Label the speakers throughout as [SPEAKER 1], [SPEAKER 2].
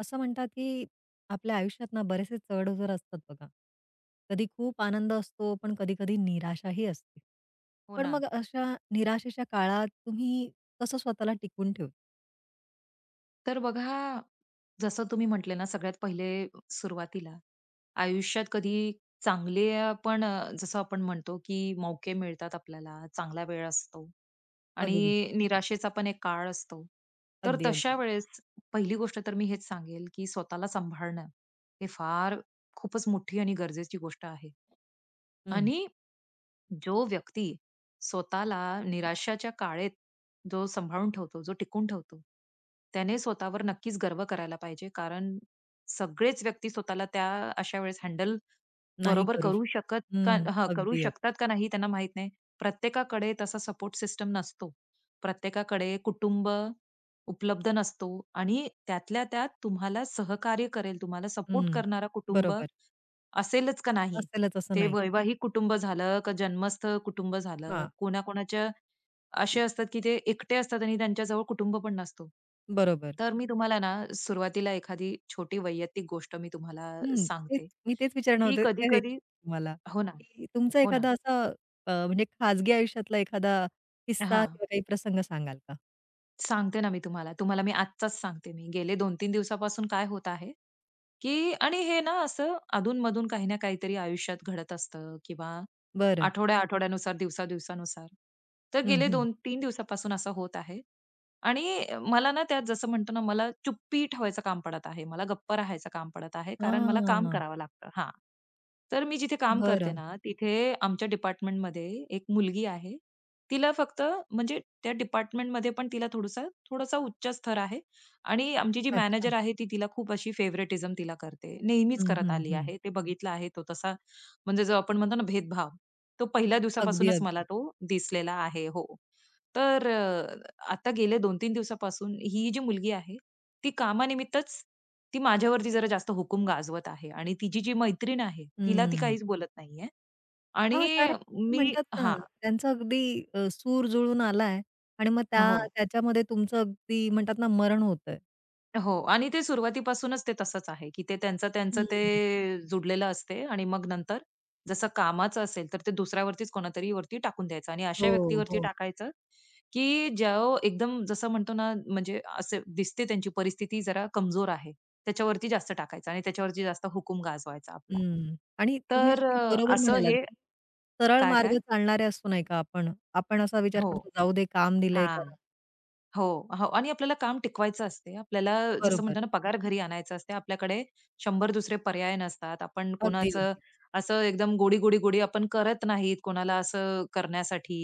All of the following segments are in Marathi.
[SPEAKER 1] असं म्हणतात की आपल्या आयुष्यात ना बरेचसे चढ-उतार असतात बघा. कधी खूप आनंद असतो, पण कधी-कधी निराशाही असते.
[SPEAKER 2] हो
[SPEAKER 1] पण
[SPEAKER 2] ना.
[SPEAKER 1] मग अशा निराशेच्या काळात तुम्ही कसं स्वतःला टिकवून ठेवता?
[SPEAKER 2] तर बघा, जसं तुम्ही म्हटले ना, सगळ्यात पहिले सुरुवातीला आयुष्यात कधी चांगले पण जसं आपण म्हणतो, की मौके मिळतात आपल्याला, चांगला वेळ असतो
[SPEAKER 1] अगदी,
[SPEAKER 2] आणि निराशेचा पण एक काळ असतो. तर
[SPEAKER 1] अगदी,
[SPEAKER 2] तशा
[SPEAKER 1] अगदी.
[SPEAKER 2] वेळेस पहिली गोष्ट तर मी हेच सांगेल, की स्वतःला सांभाळणं हे फार खूपच मोठी आणि गरजेची गोष्ट आहे.
[SPEAKER 1] हं.
[SPEAKER 2] आणि जो व्यक्ती स्वतःला निराशाच्या काळेत जो सांभाळून ठेवतो, जो टिकून ठेवतो, त्याने स्वतःवर नक्कीच गर्व करायला पाहिजे. कारण सगळेच व्यक्ती स्वतःला त्या अशा वेळेस हँडल
[SPEAKER 1] नाही
[SPEAKER 2] बरोबर
[SPEAKER 1] करू
[SPEAKER 2] करू
[SPEAKER 1] शकत.
[SPEAKER 2] शकत का
[SPEAKER 1] हं.
[SPEAKER 2] हां, करू
[SPEAKER 1] अगदी, अगदी.
[SPEAKER 2] शकतात का नाही त्यांना माहीत नाही. प्रत्येकाकडे तसा सपोर्ट सिस्टम नसतो. प्रत्येकाकडे कुटुंब उपलब्ध नसतो आणि त्यातल्या त्यात तुम्हाला सहकार्य करेल, तुम्हाला सपोर्ट
[SPEAKER 1] हं.
[SPEAKER 2] करणारा कुटुंब
[SPEAKER 1] बरोबर.
[SPEAKER 2] असेलच का नाही?
[SPEAKER 1] असेलच असं
[SPEAKER 2] ते
[SPEAKER 1] नाही.
[SPEAKER 2] वैवाहिक कुटुंब झालं का जन्मस्थ कुटुंब झालं,
[SPEAKER 1] हां.
[SPEAKER 2] कोणाकोणाच्या असे असतात की ते एकटे असतात आणि त्यांच्याजवळ कुटुंब पण नसतो.
[SPEAKER 1] बरोबर.
[SPEAKER 2] तर मी तुम्हाला ना सुरुवातीला एखादी छोटी वैयक्तिक गोष्ट मी तुम्हाला
[SPEAKER 1] हं. तेच
[SPEAKER 2] सांगते,
[SPEAKER 1] मी तेच विचारणार
[SPEAKER 2] की
[SPEAKER 1] होते हे
[SPEAKER 2] कधी-कधी
[SPEAKER 1] तुम्हाला,
[SPEAKER 2] हो ना,
[SPEAKER 1] की तुमचा
[SPEAKER 2] हो ना.
[SPEAKER 1] एखादा असा म्हणजे खाजगी आयुष्यातला एखादा किस्सा
[SPEAKER 2] हां.
[SPEAKER 1] किंवा काही प्रसंग सांगाल का?
[SPEAKER 2] सांगते ना मी तुम्हाला. तुम्हाला मी आजचाच सांगते मी. गेले 2-3 दिवसापासून काय होत आहे, की आणि हे ना असं अधून-मधून काही ना काहीतरी आयुष्यात घडत असतं किंवा
[SPEAKER 1] बरं.
[SPEAKER 2] आठवड्या-आठवड्यानुसार, दिवसा-दिवसानुसार. तर
[SPEAKER 1] हं,
[SPEAKER 2] गेले
[SPEAKER 1] हं.
[SPEAKER 2] 2-3 दिवसापासून असं होत आहे आणि मला ना त्यात जसं म्हणतो ना, मला चुप्पी ठेवायचं काम पडत आहे. मला गप्प राहायचं काम पडत आहे, कारण मला काम
[SPEAKER 1] हां.
[SPEAKER 2] करावं लागतं. हां. तर मी जिथे काम करते
[SPEAKER 1] बरं.
[SPEAKER 2] ना, तिथे आमच्या डिपार्टमेंटमध्ये एक मुलगी आहे. तिला फक्त म्हणजे त्या डिपार्टमेंटमध्ये पण तिला थोडासा उच्च स्तर आहे आणि आमची जी
[SPEAKER 1] अच्छा.
[SPEAKER 2] मॅनेजर आहे ती तिला खूप अशी फेव्हरेटिझम तिला करते. नेहमीच
[SPEAKER 1] हं,
[SPEAKER 2] करत
[SPEAKER 1] हं,
[SPEAKER 2] आली
[SPEAKER 1] हं.
[SPEAKER 2] आहे. ते बघितलं आहे तो तसा म्हणजे जो आपण म्हणतो ना भेदभाव, तो पहिल्या
[SPEAKER 1] अगदी,
[SPEAKER 2] दिवसापासूनच मला
[SPEAKER 1] अगदी.
[SPEAKER 2] तो दिसलेला आहे. हो. तर आता गेले 2-3 दिवसापासून ही जी मुलगी आहे, ती कामानिमित्तच ती माझ्यावरती जरा जास्त हुकूम गाजवत आहे आणि तिची जी मैत्रीण आहे, तिला ती
[SPEAKER 1] हं.
[SPEAKER 2] काहीच बोलत नाहीये आणि
[SPEAKER 1] हां, कारण ते
[SPEAKER 2] मी
[SPEAKER 1] म्हणतात ना,
[SPEAKER 2] हां.
[SPEAKER 1] त्यांचा अगदी सूर जुळून आलाय आणि मग त्या
[SPEAKER 2] हो.
[SPEAKER 1] त्याच्यामध्ये तुमचं अगदी म्हणतात ना, मरण होतंय.
[SPEAKER 2] हो आणि ते सुरुवातीपासूनच ते तसंच आहे, की ते त्यांचं-त्यांचं
[SPEAKER 1] हं.
[SPEAKER 2] ते जुडलेलं असते आणि मग नंतर जसं कामाचं असेल, तर ते दुसऱ्यावरतीच कोणातरी वरती टाकून द्यायचं आणि
[SPEAKER 1] हो,
[SPEAKER 2] अशा व्यक्तीवरती
[SPEAKER 1] हो.
[SPEAKER 2] टाकायचं, की जो एकदम जसं म्हणतो ना, म्हणजे असे दिसते त्यांची परिस्थिती जरा कमजोर आहे. त्याच्यावरती जास्त टाकायचं आणि त्याच्यावरती जास्त हुकूम गाजवायचा आपला.
[SPEAKER 1] हं. आणि तुम्ही
[SPEAKER 2] तर
[SPEAKER 1] अगदी बरोबर
[SPEAKER 2] असं
[SPEAKER 1] म्हणालात,
[SPEAKER 2] हे
[SPEAKER 1] की सरळ
[SPEAKER 2] काय-काय?
[SPEAKER 1] मार्ग चालणारे असतो नाही का आपण, आपण असा विचार
[SPEAKER 2] हो.
[SPEAKER 1] करतो, "जाऊ दे, काम दिलंय
[SPEAKER 2] हां.
[SPEAKER 1] करा."
[SPEAKER 2] हो, हो आणि आपल्याला काम टिकवायचं असते. आपल्याला जसं
[SPEAKER 1] बरोबर.
[SPEAKER 2] म्हणतो ना पगार घरी आणायचा असते. आपल्याकडे 100 दुसरे पर्याय नसतात. आपण
[SPEAKER 1] अगदी,
[SPEAKER 2] कोणाचं
[SPEAKER 1] अगदी.
[SPEAKER 2] असं एकदम गोडी-गोडी-गोडी आपण करत नाहीत कोणाला असं करण्यासाठी.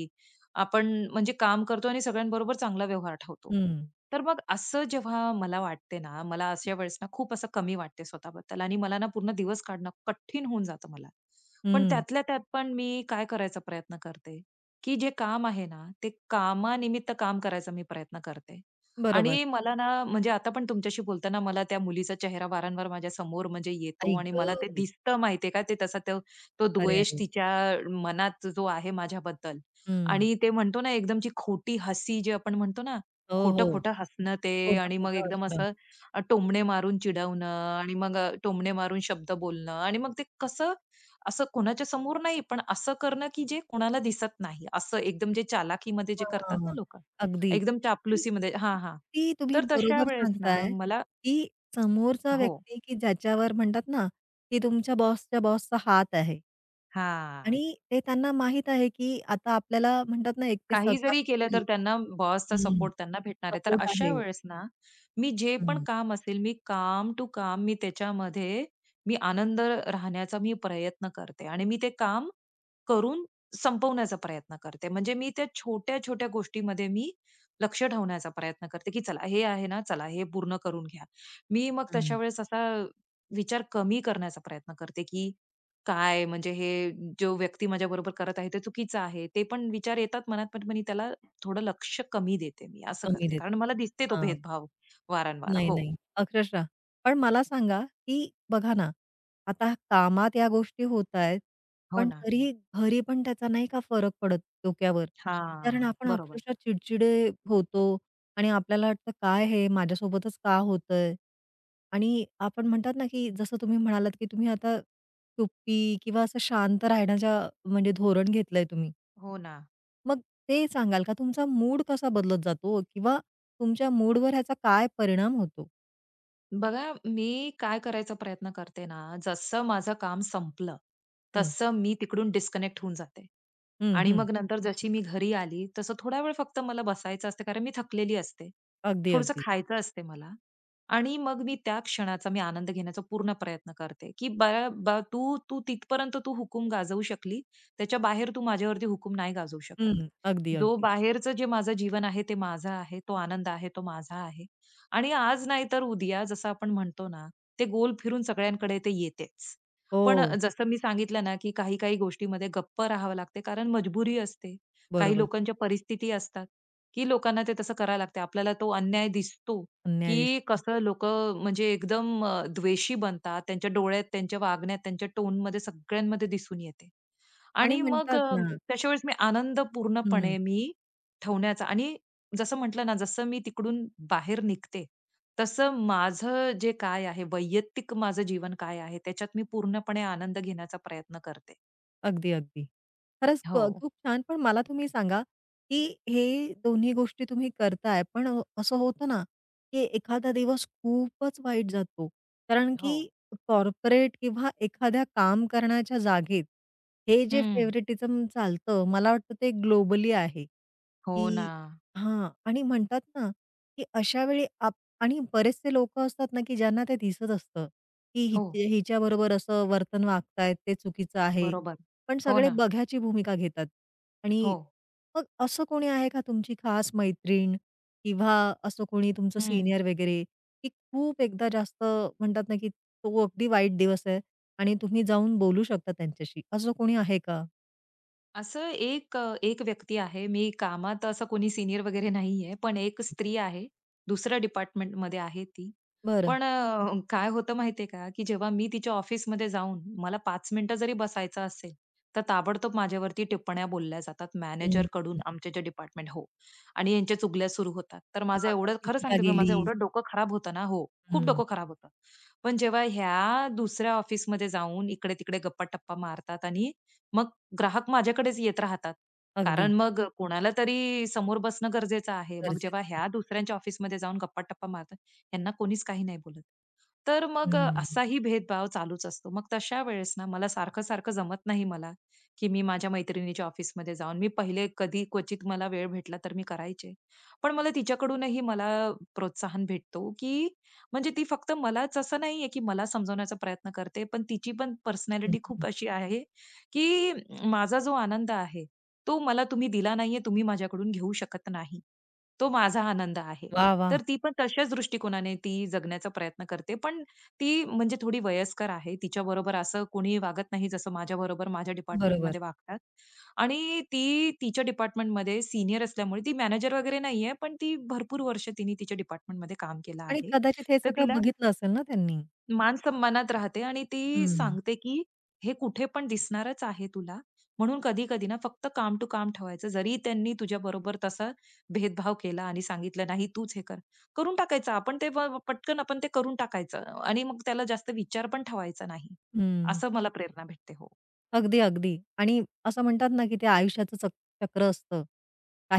[SPEAKER 2] आपण म्हणजे काम करतो आणि सगळ्यांबरोबर चांगला व्यवहार ठेवतो.
[SPEAKER 1] हं,
[SPEAKER 2] तर मग असं जेव्हा मला वाटते ना, मला अशा वेळेस ना खूप असं कमी वाटते स्वतःबद्दल आणि मला ना पूर्ण दिवस काढणं कठीण होऊन जातं मला. पण
[SPEAKER 1] हं.
[SPEAKER 2] त्यातल्या त्यात पण मी काय करायचा प्रयत्न करते, की जे काम आहे ना, ते कामानिमित्त काम करायचा मी प्रयत्न करते.
[SPEAKER 1] बरोबर.
[SPEAKER 2] आणि मला ना म्हणजे आता पण तुमच्याशी बोलताना मला त्या मुलीचा चेहरा वारंवार माझ्या समोर म्हणजे येतो
[SPEAKER 1] आई
[SPEAKER 2] आणि मला ते
[SPEAKER 1] गं!
[SPEAKER 2] दिसतं माहितीये का, ते तसा तो तो
[SPEAKER 1] अरे,
[SPEAKER 2] द्वेष
[SPEAKER 1] अरे!
[SPEAKER 2] तिच्या मनात जो आहे माझ्याबद्दल.
[SPEAKER 1] हं.
[SPEAKER 2] आणि ते म्हणतो ना एकदमची खोटी हसी जे आपण म्हणतो ना,
[SPEAKER 1] हो, हो.
[SPEAKER 2] खोटं-खोटं हसणं ते आणि मग
[SPEAKER 1] खोटं-खोटं
[SPEAKER 2] एकदम
[SPEAKER 1] असणं.
[SPEAKER 2] असं टोमणे मारून चिडवणं आणि मग टोमणे मारून शब्द बोलणं आणि मग ते कसं असं कोणाच्या समोर नाही, पण असं करणं की जे कोणाला दिसत नाही. असं एकदम जे चालाखीमध्ये जे करतात ना
[SPEAKER 1] हां,
[SPEAKER 2] लोकं,
[SPEAKER 1] अगदी.
[SPEAKER 2] एकदम
[SPEAKER 1] आणि
[SPEAKER 2] चापलुसीमध्ये हां, हां.
[SPEAKER 1] किती तुम्ही
[SPEAKER 2] तर तशा
[SPEAKER 1] बरोबर
[SPEAKER 2] वेळेस ना
[SPEAKER 1] सांगताय,
[SPEAKER 2] मला
[SPEAKER 1] की समोरचा
[SPEAKER 2] हो.
[SPEAKER 1] व्यक्ती, की ज्याच्यावर म्हणतात ना, की तुमच्या बॉसच्या बॉसचा हात आहे.
[SPEAKER 2] हां.
[SPEAKER 1] आणि ते त्यांना माहीत आहे, की आता आपल्याला म्हणतात ना, एक ते
[SPEAKER 2] काही
[SPEAKER 1] सगळा
[SPEAKER 2] जरी केलं तर त्यांना बॉसचा सपोर्ट त्यांना भेटणार आहे. तर
[SPEAKER 1] सपोर्ट आहे.
[SPEAKER 2] अशा वेळेस ना, मी जे पण
[SPEAKER 1] हं,
[SPEAKER 2] काम असेल, मी काम टू काम मी त्याच्यामध्ये मी आनंद राहण्याचा मी प्रयत्न करते आणि मी ते काम करून संपवण्याचा प्रयत्न करते. म्हणजे मी त्या छोट्या-छोट्या गोष्टीमध्ये मी लक्ष ठेवण्याचा प्रयत्न करते, की चला हे आहे ना, चला हे पूर्ण करून घ्या. मी मग तशा
[SPEAKER 1] हं.
[SPEAKER 2] वेळेस असा विचार कमी करण्याचा प्रयत्न करते, की काय म्हणजे हे जो व्यक्ती माझ्या बरोबर करत आहे ते चुकीचं आहे. ते पण विचार येतात मनात, पण मी त्याला थोडं लक्ष कमी देते मी असं
[SPEAKER 1] कमी
[SPEAKER 2] करते.
[SPEAKER 1] देते.
[SPEAKER 2] कारण मला दिसते तो
[SPEAKER 1] हां.
[SPEAKER 2] भेदभाव वारंवार.
[SPEAKER 1] नाही,
[SPEAKER 2] हो.
[SPEAKER 1] नाही. अक्षरशः. पण मला सांगा, की बघा ना, आता कामात या गोष्टी होत आहेत,
[SPEAKER 2] हो
[SPEAKER 1] पण
[SPEAKER 2] ना.
[SPEAKER 1] तरीही घरी पण त्याचा नाही का फरक पडत डोक्यावर. कारण
[SPEAKER 2] हां.
[SPEAKER 1] आपण
[SPEAKER 2] बरोबर.
[SPEAKER 1] अक्षरशः चिडचिडे होतो आणि आपल्याला वाटतं, "काय हे माझ्यासोबतच का होतंय?" आणि आपण म्हणतात ना, की जसं तुम्ही म्हणालात, की तुम्ही आता चुप्पी किंवा असं शांत राहण्याच्या म्हणजे धोरण घेतलंय तुम्ही.
[SPEAKER 2] हो ना.
[SPEAKER 1] मग ते सांगाल का तुमचा मूड कसा बदलत जातो किंवा तुमच्या मूडवर ह्याचा काय परिणाम होतो?
[SPEAKER 2] बघा, मी काय करायचा प्रयत्न करते ना, जसं माझं काम संपलं, तसं मी तिकडून डिस्कनेक्ट होऊन जाते.
[SPEAKER 1] हं,
[SPEAKER 2] आणि
[SPEAKER 1] हं.
[SPEAKER 2] मग नंतर जशी मी घरी आली, तसं थोडा वेळ फक्त मला बसायचं असते, कारण मी थकलेली असते.
[SPEAKER 1] अगदी,
[SPEAKER 2] थोडंसं
[SPEAKER 1] अगदी.
[SPEAKER 2] खायचं असते मला आणि मग मी त्या क्षणाचा मी आनंद घेण्याचा पूर्ण प्रयत्न करते, की "बाळा बा तू तू तिथपर्यंत तू हुकूम गाजवू शकली, त्याच्या बाहेर तू माझ्यावरती हुकूम नाही गाजवू शकत.
[SPEAKER 1] हं, अगदी,
[SPEAKER 2] जो
[SPEAKER 1] अगदी.
[SPEAKER 2] बाहेरचं जे माझं जीवन आहे, ते माझं आहे. तो आनंद आहे, तो माझा आहे." आणि आज नाही तर उद्या जसं आपण म्हणतो ना, ते गोल फिरून सगळ्यांकडे ते येतेच. पण
[SPEAKER 1] हो,
[SPEAKER 2] जसं मी सांगितलं ना, की काही-काही गोष्टीमध्ये गप्प राहावं लागते कारण मजबुरी असते. काही
[SPEAKER 1] बरोबर.
[SPEAKER 2] लोकांच्या परिस्थिती असतात, की लोकांना ते तसं करायला लागते. आपल्याला तो अन्याय दिसतो,
[SPEAKER 1] अन्याय
[SPEAKER 2] की
[SPEAKER 1] दिसतो
[SPEAKER 2] कसं लोकं म्हणजे एकदम द्वेषी बनतात. त्यांच्या डोळ्यात, त्यांच्या वागण्यात, त्यांच्या टोनमध्ये सगळ्यांमध्ये दिसून येते.
[SPEAKER 1] आणि
[SPEAKER 2] आणि मग
[SPEAKER 1] म्हणतात ना.
[SPEAKER 2] त्याच्या वेळेस मी आनंद
[SPEAKER 1] हं.
[SPEAKER 2] पूर्णपणे मी ठेवण्याचा आणि जसं म्हटलं ना, जसं मी तिकडून बाहेर निघते, तसं माझं जे काय आहे, वैयक्तिक माझं जीवन काय आहे, त्याच्यात मी पूर्णपणे आनंद घेण्याचा प्रयत्न करते.
[SPEAKER 1] अगदी, अगदी. खरंच
[SPEAKER 2] हो.
[SPEAKER 1] खूप छान. पण मला तुम्ही सांगा, की हे दोन्ही गोष्टी तुम्ही करताय, पण असं होतं ना, की एखादा दिवस खूपच वाईट जातो. कारण
[SPEAKER 2] हो.
[SPEAKER 1] की कॉर्पोरेट किंवा एखाद्या काम करण्याच्या जागेत, हे जे
[SPEAKER 2] हं.
[SPEAKER 1] फेव्हरेटिझम चालतं, मला वाटतं ते ग्लोबली आहे,
[SPEAKER 2] हो ना.
[SPEAKER 1] की हां. आणि म्हणतात ना, की अशा वेळी आणि बरेचसे लोकं असतात ना, की ज्यांना ते दिसत असतं, की
[SPEAKER 2] हो.
[SPEAKER 1] हिच्याबरोबर असं वर्तन वागतायत, ते चुकीचं आहे.
[SPEAKER 2] बरोबर.
[SPEAKER 1] पण
[SPEAKER 2] हो
[SPEAKER 1] सगळे
[SPEAKER 2] ना.
[SPEAKER 1] बघ्याची भूमिका घेतात
[SPEAKER 2] हो.
[SPEAKER 1] आणि मग असं कोणी आहे का तुमची खास मैत्रीण किंवा असं कोणी तुमचं
[SPEAKER 2] हं.
[SPEAKER 1] सीनियर वगैरे, की खूप एकदा जास्त म्हणतात ना, की तो अगदी वाईट दिवस आहे आणि तुम्ही जाऊन बोलू शकता त्यांच्याशी, असं कोणी आहे का?
[SPEAKER 2] असं एक व्यक्ती आहे. मी कामात असं कोणी सीनियर वगैरे नाहीये. पण एक स्त्री आहे. दुसऱ्या डिपार्टमेंटमध्ये आहे ती.
[SPEAKER 1] बरं.
[SPEAKER 2] पण काय होतं माहितीये का, की जेव्हा मी तिच्या ऑफिसमध्ये जाऊन मला 5 मिनिटं जरी बसायचं असेल, तर ताबडतोब माझ्यावरती टिप्पण्या बोलल्या जातात
[SPEAKER 1] हं.
[SPEAKER 2] मॅनेजरकडून आमच्या ज्या डिपार्टमेंट हो. आणि यांच्या चुगल्या सुरू होतात. तर माझं
[SPEAKER 1] हां,
[SPEAKER 2] एवढं खरं
[SPEAKER 1] "किती का
[SPEAKER 2] सांगते मी, माझं
[SPEAKER 1] गेलीस?"
[SPEAKER 2] एवढं डोकं खराब होतं ना हो, खूप
[SPEAKER 1] हं.
[SPEAKER 2] डोकं खराब होतं. पण जेव्हा ह्या दुसऱ्या ऑफिसमध्ये जाऊन इकडे-तिकडे गप्पा-टप्पा मारतात आणि मग ग्राहक माझ्याकडेच येत राहतात.
[SPEAKER 1] अगदी
[SPEAKER 2] कारण मग कोणाला तरी समोर बसणं गरजेचं आहे. मग जेव्हा
[SPEAKER 1] गरजेचं.
[SPEAKER 2] ह्या दुसऱ्यांच्या ऑफिसमध्ये जाऊन गप्पा-टप्पा मारतात, ह्यांना कोणीच काही नाही बोलत. तर मग
[SPEAKER 1] हं.
[SPEAKER 2] असाही भेदभाव चालूच असतो. मग तशा वेळेस ना मला सारखं-सारखं जमत नाही मला, की मी माझ्या मैत्रिणीच्या ऑफिसमध्ये जाऊन मी पहिले कधी क्वचित मला वेळ भेटला तर मी करायचे. पण मला तिच्याकडूनही मला प्रोत्साहन भेटतो, की म्हणजे ती फक्त मलाच असं नाहीये, की मला समजवण्याचा प्रयत्न करते, पण तिची पण
[SPEAKER 1] हं.
[SPEAKER 2] पर्सनॅलिटी खूप अशी आहे, की माझा जो आनंद आहे, तो मला तुम्ही दिला नाहीये, तुम्ही माझ्याकडून घेऊ शकत नाही. तो माझा आनंद आहे.
[SPEAKER 1] वाह! वाह!
[SPEAKER 2] तर ती पण तशाच दृष्टिकोनाने ती जगण्याचा प्रयत्न करते. पण ती म्हणजे थोडी वयस्कर आहे. तिच्याबरोबर असं कोणी वागत नाही जसं माझ्याबरोबर माझ्या
[SPEAKER 1] बरोबर.
[SPEAKER 2] डिपार्टमेंटमध्ये वागतात. आणि ती तिच्या डिपार्टमेंटमध्ये सीनियर असल्यामुळे ती मॅनेजर वगैरे नाहीये, पण ती भरपूर वर्ष तिने तिच्या डिपार्टमेंटमध्ये काम केलं
[SPEAKER 1] आणि
[SPEAKER 2] आहे.
[SPEAKER 1] कदाचित हे
[SPEAKER 2] तर
[SPEAKER 1] सगळं
[SPEAKER 2] तिला
[SPEAKER 1] बघितलं असेल ना त्यांनी?
[SPEAKER 2] मान-सन्मानात राहते आणि ती
[SPEAKER 1] हं.
[SPEAKER 2] सांगते, की "हे कुठे पण दिसणारच आहे तुला." म्हणून कधी-कधी ना फक्त काम टू काम ठेवायचं. जरी त्यांनी तुझ्या बरोबर तसा भेदभाव केला आणि सांगितलं, "नाही तूच हे कर." करून टाकायचं. आपण ते पटकन आपण ते करून टाकायचं आणि मग त्याला जास्त विचार पण ठेवायचा नाही.
[SPEAKER 1] हं.
[SPEAKER 2] असं मला प्रेरणा भेटते. हो.
[SPEAKER 1] अगदी, अगदी. आणि असं म्हणतात ना, की ते आयुष्याचं चक्र असतं.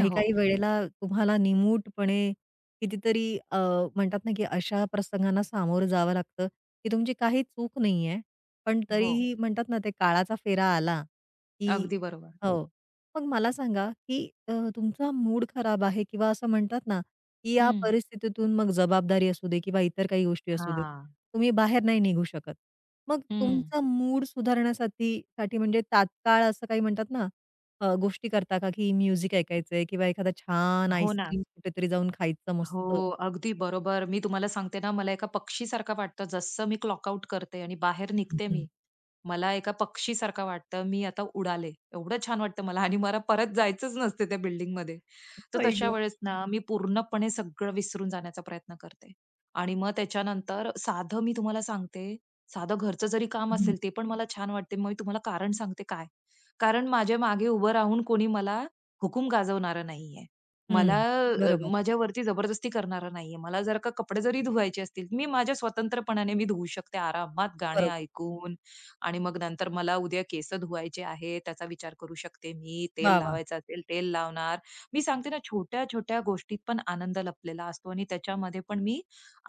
[SPEAKER 2] हो,
[SPEAKER 1] वेळेला तुम्हाला निमूटपणे कितीतरी अ, म्हणतात ना, की अशा प्रसंगांना सामोरं जावं लागतं, की तुमची काही चूक नाहीये. पण
[SPEAKER 2] हो.
[SPEAKER 1] तरीही म्हणतात ना, ते काळाचा फेरा आला, की
[SPEAKER 2] अगदी बरोबर.
[SPEAKER 1] हो. हो. मग मला सांगा, की तुमचा मूड खराब आहे किंवा असं म्हणतात ना, की या
[SPEAKER 2] हं.
[SPEAKER 1] परिस्थितीतून मग जबाबदारी असू दे किंवा इतर काही गोष्टी असू देत,
[SPEAKER 2] हां.
[SPEAKER 1] तुम्ही बाहेर नाही निघू शकत. मग
[SPEAKER 2] हं.
[SPEAKER 1] तुमचा मूड सुधारण्यासाठी म्हणजे तात्काळ असं काही म्हणतात ना, गोष्टी करता का, की म्युझिक ऐकायचंय किंवा एखादा छान
[SPEAKER 2] हो ना.
[SPEAKER 1] आईस्क्रीम कुठेतरी जाऊन खायचं मस्त?
[SPEAKER 2] हो,
[SPEAKER 1] हं,
[SPEAKER 2] अगदी बरोबर. मी तुम्हाला सांगते ना, मला एका पक्षीसारखं वाटतं. जसं मी क्लॉकआउट करते आणि बाहेर निघते
[SPEAKER 1] हं.
[SPEAKER 2] मी, मला एका पक्षीसारखं वाटतं, मी आता उडाले. एवढं छान वाटतं मला आणि मला परत जायचंच नसते त्या बिल्डिंगमध्ये. तर
[SPEAKER 1] आई
[SPEAKER 2] तशा
[SPEAKER 1] गं!
[SPEAKER 2] वेळेस ना मी पूर्णपणे सगळं विसरून जाण्याचा प्रयत्न करते. आणि मग त्याच्यानंतर साधं मी तुम्हाला सांगते, साधं घरचं जरी काम
[SPEAKER 1] हं, हं.
[SPEAKER 2] असेल ते पण मला छान वाटते. मग मी तुम्हाला कारण सांगते काय. कारण माझ्या मागे उभं राहून कोणी मला हुकूम गाजवणारं नाहीये. मला
[SPEAKER 1] हं. बरोबर,
[SPEAKER 2] माझ्यावरती जबरदस्ती करणारा नाहीये. मला जर का कपडे जरी धुवायचे असतील, मी माझ्या स्वतंत्रपणाने मी धुवू शकते आरामात गाणे
[SPEAKER 1] बरोबर.
[SPEAKER 2] ऐकून, आणि मग नंतर मला उद्या केस धुवायचे आहे, त्याचा विचार करू शकते मी. तेल
[SPEAKER 1] वाह! वाह!
[SPEAKER 2] लावायचं असेल, तेल लावणार. मी सांगते ना, छोट्या-छोट्या गोष्टीत पण आनंद लपलेला असतो आणि त्याच्यामध्ये पण मी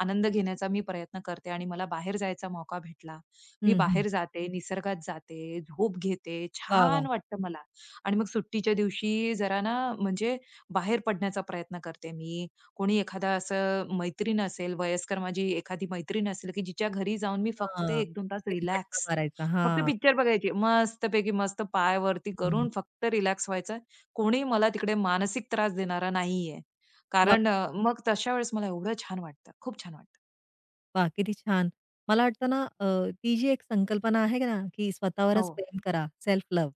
[SPEAKER 2] आनंद घेण्याचा मी प्रयत्न करते आणि मला बाहेर जायचा मौका भेटला. मी
[SPEAKER 1] हं, हं.
[SPEAKER 2] बाहेर जाते, निसर्गात जाते, झोप घेते.
[SPEAKER 1] वाह! वाह!
[SPEAKER 2] छान वाटतं मला आणि मग सुट्टीच्या दिवशी जरा ना म्हणजे बाहेर पडण्याचा प्रयत्न करते मी. कोणी एखादा असं मैत्रीण असेल, वयस्कर माझी एखादी मैत्रीण असेल, की जिच्या घरी जाऊन मी फक्त
[SPEAKER 1] हां.
[SPEAKER 2] 1-2 तास
[SPEAKER 1] फेरफटका
[SPEAKER 2] रिलॅक्स
[SPEAKER 1] मारायचा.
[SPEAKER 2] फक्त
[SPEAKER 1] हां.
[SPEAKER 2] पिक्चर बघायची. मस्तपैकी मस्त पाय वरती
[SPEAKER 1] हं.
[SPEAKER 2] करून फक्त रिलॅक्स व्हायचं. कोणी मला तिकडे मानसिक त्रास देणारा नाहीये.
[SPEAKER 1] वाह!
[SPEAKER 2] कारण मग तशा वेळेस मला एवढं छान वाटतं. खूप छान वाटतं.
[SPEAKER 1] वाह! किती छान. मला वाटतं ना, ती जी एक संकल्पना आहे ना, की
[SPEAKER 2] हो,
[SPEAKER 1] स्वतःवरच प्रेम करा, सेल्फ लव्ह.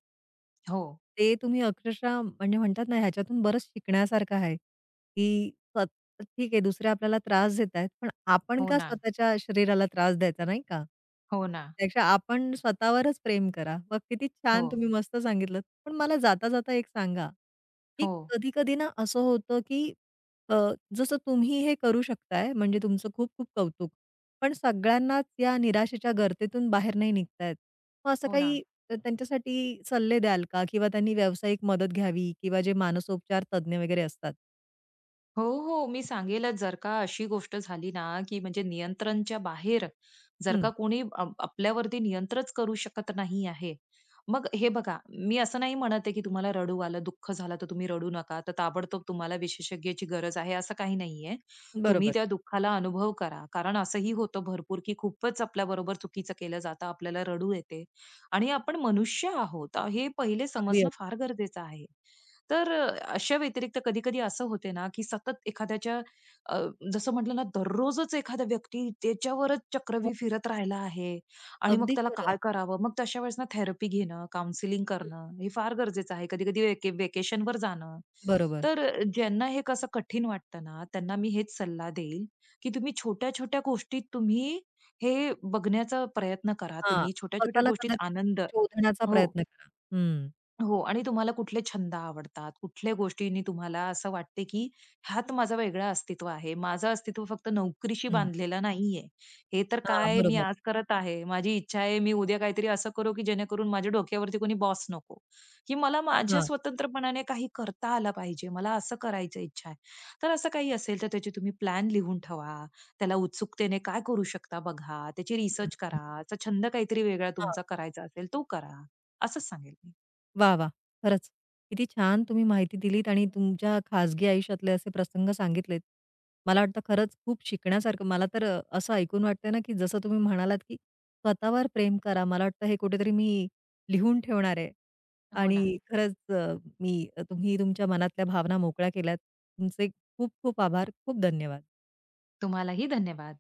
[SPEAKER 2] हो,
[SPEAKER 1] ते तुम्ही अक्षरशः म्हणजे म्हणतात ना, ह्याच्यातून बरंच शिकण्यासारखं आहे, की ठीक आहे, दुसरे आपल्याला त्रास देत आहेत, पण आपण
[SPEAKER 2] हो
[SPEAKER 1] का
[SPEAKER 2] ना,
[SPEAKER 1] स्वतःच्या शरीराला त्रास द्यायचा, नाही का?
[SPEAKER 2] हो ना.
[SPEAKER 1] त्यापेक्षा आपण स्वतःवरच प्रेम करा. मग किती
[SPEAKER 2] हो,
[SPEAKER 1] छान तुम्ही मस्त सांगितलत. पण मला जाता-जाता एक सांगा, की
[SPEAKER 2] हो,
[SPEAKER 1] कधी-कधी ना असं होतं, की अ, जसं तुम्ही हे करू शकताय, म्हणजे तुमचं खूप-खूप कौतुक. पण सगळ्यांनाच या निराशेच्या गर्तेतून बाहेर नाही निघता मग असं
[SPEAKER 2] हो
[SPEAKER 1] काही
[SPEAKER 2] ना.
[SPEAKER 1] त्यांच्यासाठी सल्ले द्याल का? किंवा त्यांनी व्यावसायिक मदत घ्यावी किंवा जे मानसोपचार तज्ञ वगैरे असतात.
[SPEAKER 2] हो, हो. मी सांगेलच जर का अशी गोष्ट झाली ना, की म्हणजे नियंत्रणच्या बाहेर जर
[SPEAKER 1] हं.
[SPEAKER 2] का कोणी आपल्यावरती नियंत्रणच करू शकत नाही आहे. मग हे बघा, मी असं नाही म्हणत आहे, की तुम्हाला रडू आलं, दुःख झालं तर तुम्ही रडू नका. तर ताबडतोब तुम्हाला विशेषज्ञाची गरज आहे असं काही नाहीये. तुम्ही
[SPEAKER 1] बरोबर.
[SPEAKER 2] त्या दुःखाला अनुभव करा. कारण असंही होतं भरपूर, की खूपच आपल्याबरोबर चुकीचं केलं जातं. आपल्याला रडू येते आणि आपण मनुष्य आहोत, हे पहिले
[SPEAKER 1] अगदी, अगदी.
[SPEAKER 2] समजणं फार गरजेचं आहे. तर अशा व्यतिरिक्त कधी-कधी असं होते ना, की सतत एखाद्याच्या अ, जसं म्हटलं ना, दररोजच एखादा व्यक्ती त्याच्यावरच
[SPEAKER 1] हो,
[SPEAKER 2] चक्रव्यूह फिरत राहिला आहे आणि मग
[SPEAKER 1] अगदी
[SPEAKER 2] त्याला
[SPEAKER 1] खरं.
[SPEAKER 2] काय करावं? मग तशा वेळेस ना थेरपी घेणं, काउन्सिलिंग
[SPEAKER 1] हं.
[SPEAKER 2] करणं हे फार गरजेचं आहे. कधी-कधी व्हेकेशनवर जाणं.
[SPEAKER 1] बरोबर.
[SPEAKER 2] तर ज्यांना हे कसं कठीण वाटतं ना, त्यांना मी हेच सल्ला देईल, की तुम्ही छोट्या-छोट्या गोष्टीत तुम्ही हे बघण्याचा प्रयत्न करा.
[SPEAKER 1] हां,
[SPEAKER 2] तुम्ही छोट्या-छोट्या
[SPEAKER 1] स्वतःला
[SPEAKER 2] गोष्टीत
[SPEAKER 1] कदाचित
[SPEAKER 2] आनंद
[SPEAKER 1] शोधण्याचा
[SPEAKER 2] हो.
[SPEAKER 1] प्रयत्न करा. हं,
[SPEAKER 2] हो आणि तुम्हाला कुठले छंद आवडतात, कुठल्या गोष्टींनी तुम्हाला असं वाटते, की ह्यात माझं वेगळं अस्तित्व आहे. माझं अस्तित्व फक्त नोकरीशी
[SPEAKER 1] हं.
[SPEAKER 2] बांधलेलं नाहीये. हे तर
[SPEAKER 1] हां,
[SPEAKER 2] काय मी
[SPEAKER 1] बरोबर.
[SPEAKER 2] आज करत आहे. माझी इच्छा आहे, मी उद्या काहीतरी असं करू, की जेणेकरून माझ्या डोक्यावरती कोणी बॉस नको, की मला माझ्या
[SPEAKER 1] हां,
[SPEAKER 2] स्वतंत्रपणाने काही करता आलं पाहिजे. मला असं करायची इच्छा आहे. तर असं काही असेल, तर त्याची तुम्ही प्लॅन लिहून ठेवा. त्याला उत्सुकतेने काय करू शकता बघा. त्याची
[SPEAKER 1] हं,
[SPEAKER 2] रिसर्च
[SPEAKER 1] हं.
[SPEAKER 2] करा. असा छंद काहीतरी वेगळा
[SPEAKER 1] हां.
[SPEAKER 2] तुमचा करायचा असेल, तो करा. असंच सांगेल मी.
[SPEAKER 1] वाह, वाह! खरंच. किती छान तुम्ही माहिती दिलीत आणि तुमच्या खाजगी आयुष्यातले असे प्रसंग सांगितलेत. मला वाटतं खरंच खूप शिकण्यासारखं मला तर असं ऐकून वाटतंय ना, की जसं तुम्ही म्हणालात, की स्वतःवर प्रेम करा. मला वाटतं हे कुठेतरी मी लिहून ठेवणार आहे.
[SPEAKER 2] हो
[SPEAKER 1] आणि
[SPEAKER 2] ना.
[SPEAKER 1] खरंच मी तुम्ही तुमच्या मनातल्या भावना मोकळ्या केल्यात. तुमचे खूप खूप आभार. खूप धन्यवाद.
[SPEAKER 2] तुम्हालाही धन्यवाद.